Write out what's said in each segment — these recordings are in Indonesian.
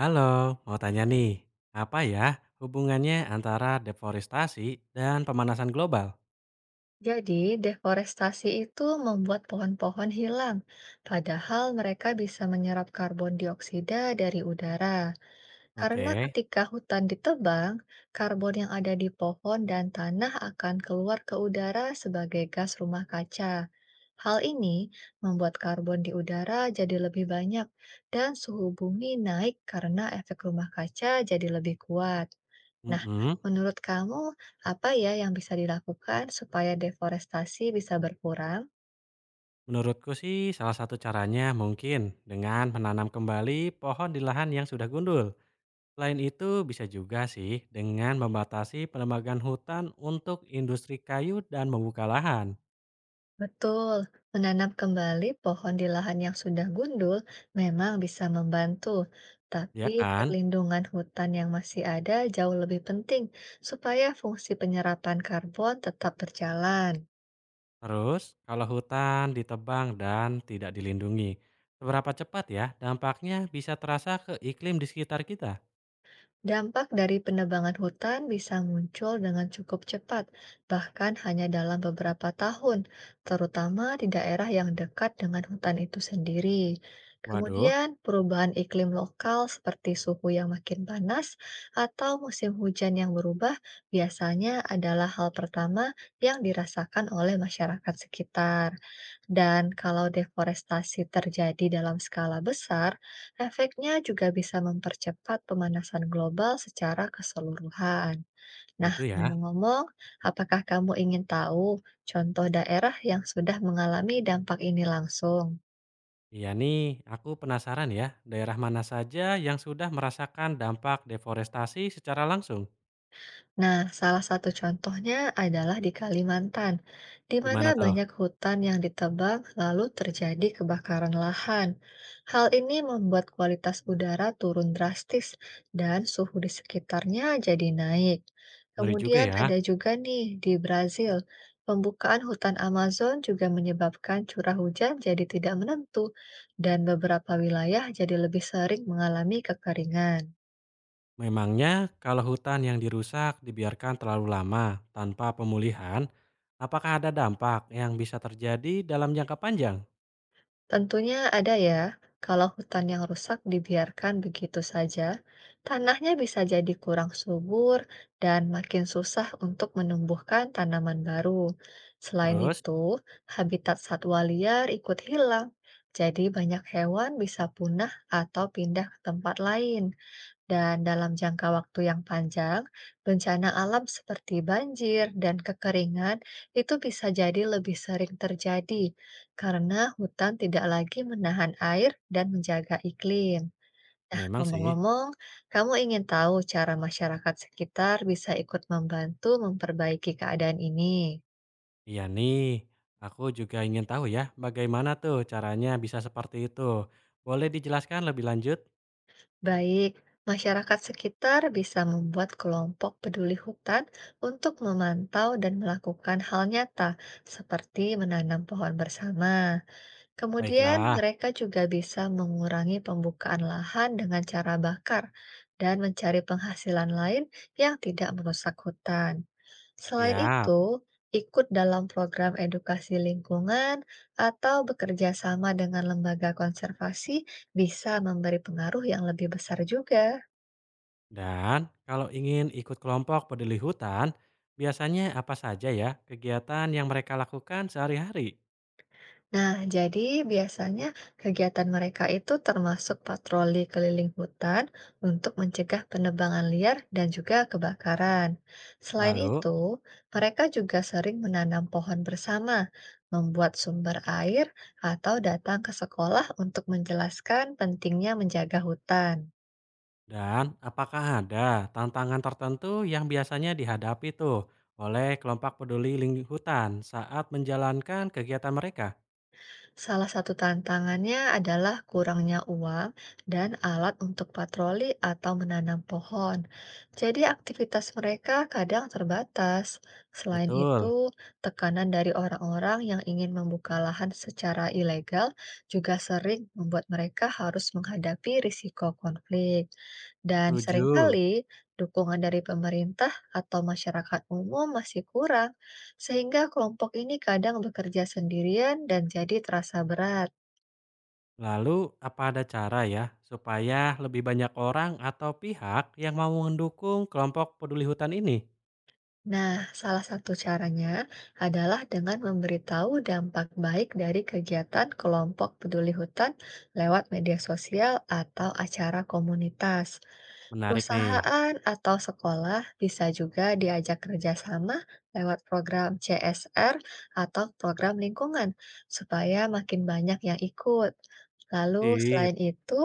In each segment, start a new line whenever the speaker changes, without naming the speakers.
Halo, mau tanya nih, apa ya hubungannya antara deforestasi dan pemanasan global?
Jadi, deforestasi itu membuat pohon-pohon hilang, padahal mereka bisa menyerap karbon dioksida dari udara. Karena
Oke,
ketika hutan ditebang, karbon yang ada di pohon dan tanah akan keluar ke udara sebagai gas rumah kaca. Hal ini membuat karbon di udara jadi lebih banyak dan suhu bumi naik karena efek rumah kaca jadi lebih kuat. Nah,
mm-mm.
menurut kamu apa ya yang bisa dilakukan supaya deforestasi bisa berkurang?
Menurutku sih salah satu caranya mungkin dengan menanam kembali pohon di lahan yang sudah gundul. Selain itu bisa juga sih dengan membatasi penebangan hutan untuk industri kayu dan membuka lahan,
Betul, menanam kembali pohon di lahan yang sudah gundul memang bisa membantu, tapi
ya kan?
perlindungan hutan yang masih ada jauh lebih penting supaya fungsi penyerapan karbon tetap berjalan.
Terus kalau hutan ditebang dan tidak dilindungi, seberapa cepat ya dampaknya bisa terasa ke iklim di sekitar kita?
Dampak dari penebangan hutan bisa muncul dengan cukup cepat, bahkan hanya dalam beberapa tahun, terutama di daerah yang dekat dengan hutan itu sendiri.
Waduh,
Kemudian, perubahan iklim lokal seperti suhu yang makin panas atau musim hujan yang berubah biasanya adalah hal pertama yang dirasakan oleh masyarakat sekitar. Dan kalau deforestasi terjadi dalam skala besar, efeknya juga bisa mempercepat pemanasan global secara keseluruhan. Nah,
gitu ya.
ngomong-ngomong, apakah kamu ingin tahu contoh daerah yang sudah mengalami dampak ini langsung?
Iya nih, aku penasaran ya, daerah mana saja yang sudah merasakan dampak deforestasi secara langsung?
Nah, salah satu contohnya adalah di Kalimantan, di mana
Gimana tuh?
banyak hutan yang ditebang lalu terjadi kebakaran lahan. Hal ini membuat kualitas udara turun drastis dan suhu di sekitarnya jadi naik.
Ngeri juga
Kemudian
ya.
ada juga nih di Brazil, pembukaan hutan Amazon juga menyebabkan curah hujan jadi tidak menentu dan beberapa wilayah jadi lebih sering mengalami kekeringan.
Memangnya kalau hutan yang dirusak dibiarkan terlalu lama tanpa pemulihan, apakah ada dampak yang bisa terjadi dalam jangka panjang?
Tentunya ada ya, kalau hutan yang rusak dibiarkan begitu saja, tanahnya bisa jadi kurang subur dan makin susah untuk menumbuhkan tanaman baru. Selain
Terus,
itu, habitat satwa liar ikut hilang, jadi banyak hewan bisa punah atau pindah ke tempat lain. Dan dalam jangka waktu yang panjang, bencana alam seperti banjir dan kekeringan itu bisa jadi lebih sering terjadi karena hutan tidak lagi menahan air dan menjaga iklim.
memang sih,
Ngomong-ngomong, kamu ingin tahu cara masyarakat sekitar bisa ikut membantu memperbaiki keadaan ini?
iya nih, aku juga ingin tahu ya bagaimana tuh caranya bisa seperti itu. Boleh dijelaskan lebih lanjut?
Baik, masyarakat sekitar bisa membuat kelompok peduli hutan untuk memantau dan melakukan hal nyata, seperti menanam pohon bersama. Kemudian
Baiklah,
mereka juga bisa mengurangi pembukaan lahan dengan cara bakar dan mencari penghasilan lain yang tidak merusak hutan. Selain
siap.
itu, ikut dalam program edukasi lingkungan atau bekerja sama dengan lembaga konservasi bisa memberi pengaruh yang lebih besar juga.
Dan kalau ingin ikut kelompok peduli hutan, biasanya apa saja ya kegiatan yang mereka lakukan sehari-hari?
Nah, jadi biasanya kegiatan mereka itu termasuk patroli keliling hutan untuk mencegah penebangan liar dan juga kebakaran. Selain
Lalu,
itu, mereka juga sering menanam pohon bersama, membuat sumber air, atau datang ke sekolah untuk menjelaskan pentingnya menjaga hutan.
dan apakah ada tantangan tertentu yang biasanya dihadapi tuh oleh kelompok peduli lingkungan hutan saat menjalankan kegiatan mereka?
Salah satu tantangannya adalah kurangnya uang dan alat untuk patroli atau menanam pohon. Jadi aktivitas mereka kadang terbatas. Selain
Betul,
itu, tekanan dari orang-orang yang ingin membuka lahan secara ilegal juga sering membuat mereka harus menghadapi risiko konflik. Dan
setuju.
seringkali, dukungan dari pemerintah atau masyarakat umum masih kurang sehingga kelompok ini kadang bekerja sendirian dan jadi terasa berat.
Lalu, apa ada cara ya supaya lebih banyak orang atau pihak yang mau mendukung kelompok peduli hutan ini?
Nah, salah satu caranya adalah dengan memberitahu dampak baik dari kegiatan kelompok peduli hutan lewat media sosial atau acara komunitas.
Menarik nih.
Perusahaan atau sekolah bisa juga diajak kerjasama lewat program CSR atau program lingkungan, supaya makin banyak yang ikut. Lalu, selain
Sip.
itu,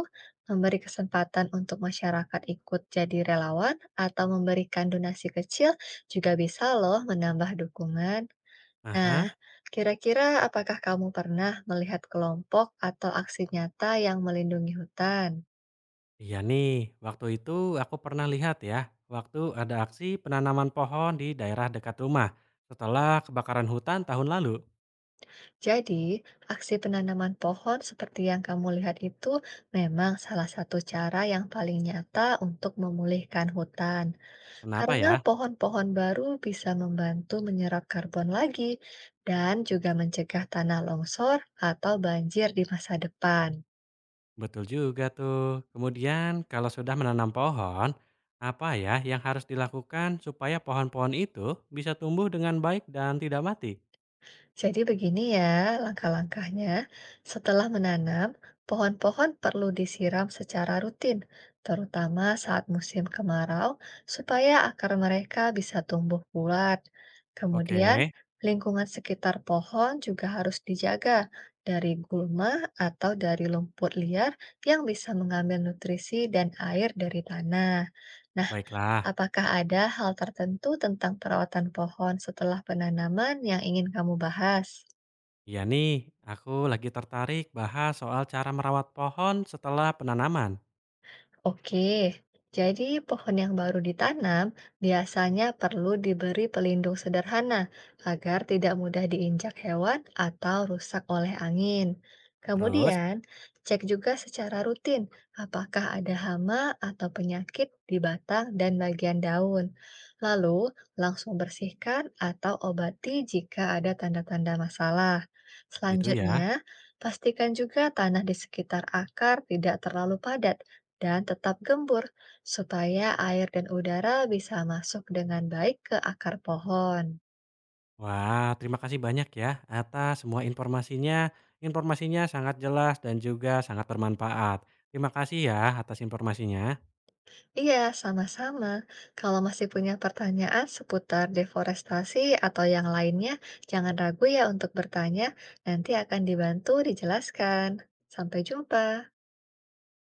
memberi kesempatan untuk masyarakat ikut jadi relawan atau memberikan donasi kecil juga bisa, loh, menambah dukungan. Nah,
Aha.
kira-kira apakah kamu pernah melihat kelompok atau aksi nyata yang melindungi hutan?
Iya nih, waktu itu aku pernah lihat ya, waktu ada aksi penanaman pohon di daerah dekat rumah setelah kebakaran hutan tahun lalu.
Jadi, aksi penanaman pohon seperti yang kamu lihat itu memang salah satu cara yang paling nyata untuk memulihkan hutan,
Kenapa
karena
ya?
pohon-pohon baru bisa membantu menyerap karbon lagi dan juga mencegah tanah longsor atau banjir di masa depan.
Betul juga tuh. Kemudian kalau sudah menanam pohon, apa ya yang harus dilakukan supaya pohon-pohon itu bisa tumbuh dengan baik dan tidak mati?
Jadi begini ya langkah-langkahnya. Setelah menanam, pohon-pohon perlu disiram secara rutin, terutama saat musim kemarau, supaya akar mereka bisa tumbuh bulat.
Oke,
Kemudian, lingkungan sekitar pohon juga harus dijaga dari gulma atau dari lumpur liar yang bisa mengambil nutrisi dan air dari tanah. Nah,
baiklah.
apakah ada hal tertentu tentang perawatan pohon setelah penanaman yang ingin kamu bahas?
Iya nih, aku lagi tertarik bahas soal cara merawat pohon setelah penanaman.
Oke, jadi pohon yang baru ditanam biasanya perlu diberi pelindung sederhana agar tidak mudah diinjak hewan atau rusak oleh angin.
Terus,
Kemudian, cek juga secara rutin apakah ada hama atau penyakit di batang dan bagian daun. Lalu, langsung bersihkan atau obati jika ada tanda-tanda masalah.
gitu ya.
Selanjutnya, pastikan juga tanah di sekitar akar tidak terlalu padat dan tetap gembur supaya air dan udara bisa masuk dengan baik ke akar pohon.
Wah, terima kasih banyak ya atas semua informasinya. Informasinya sangat jelas dan juga sangat bermanfaat. Terima kasih ya atas informasinya.
Iya, sama-sama. Kalau masih punya pertanyaan seputar deforestasi atau yang lainnya, jangan ragu ya untuk bertanya. Nanti akan dibantu dijelaskan. Sampai jumpa.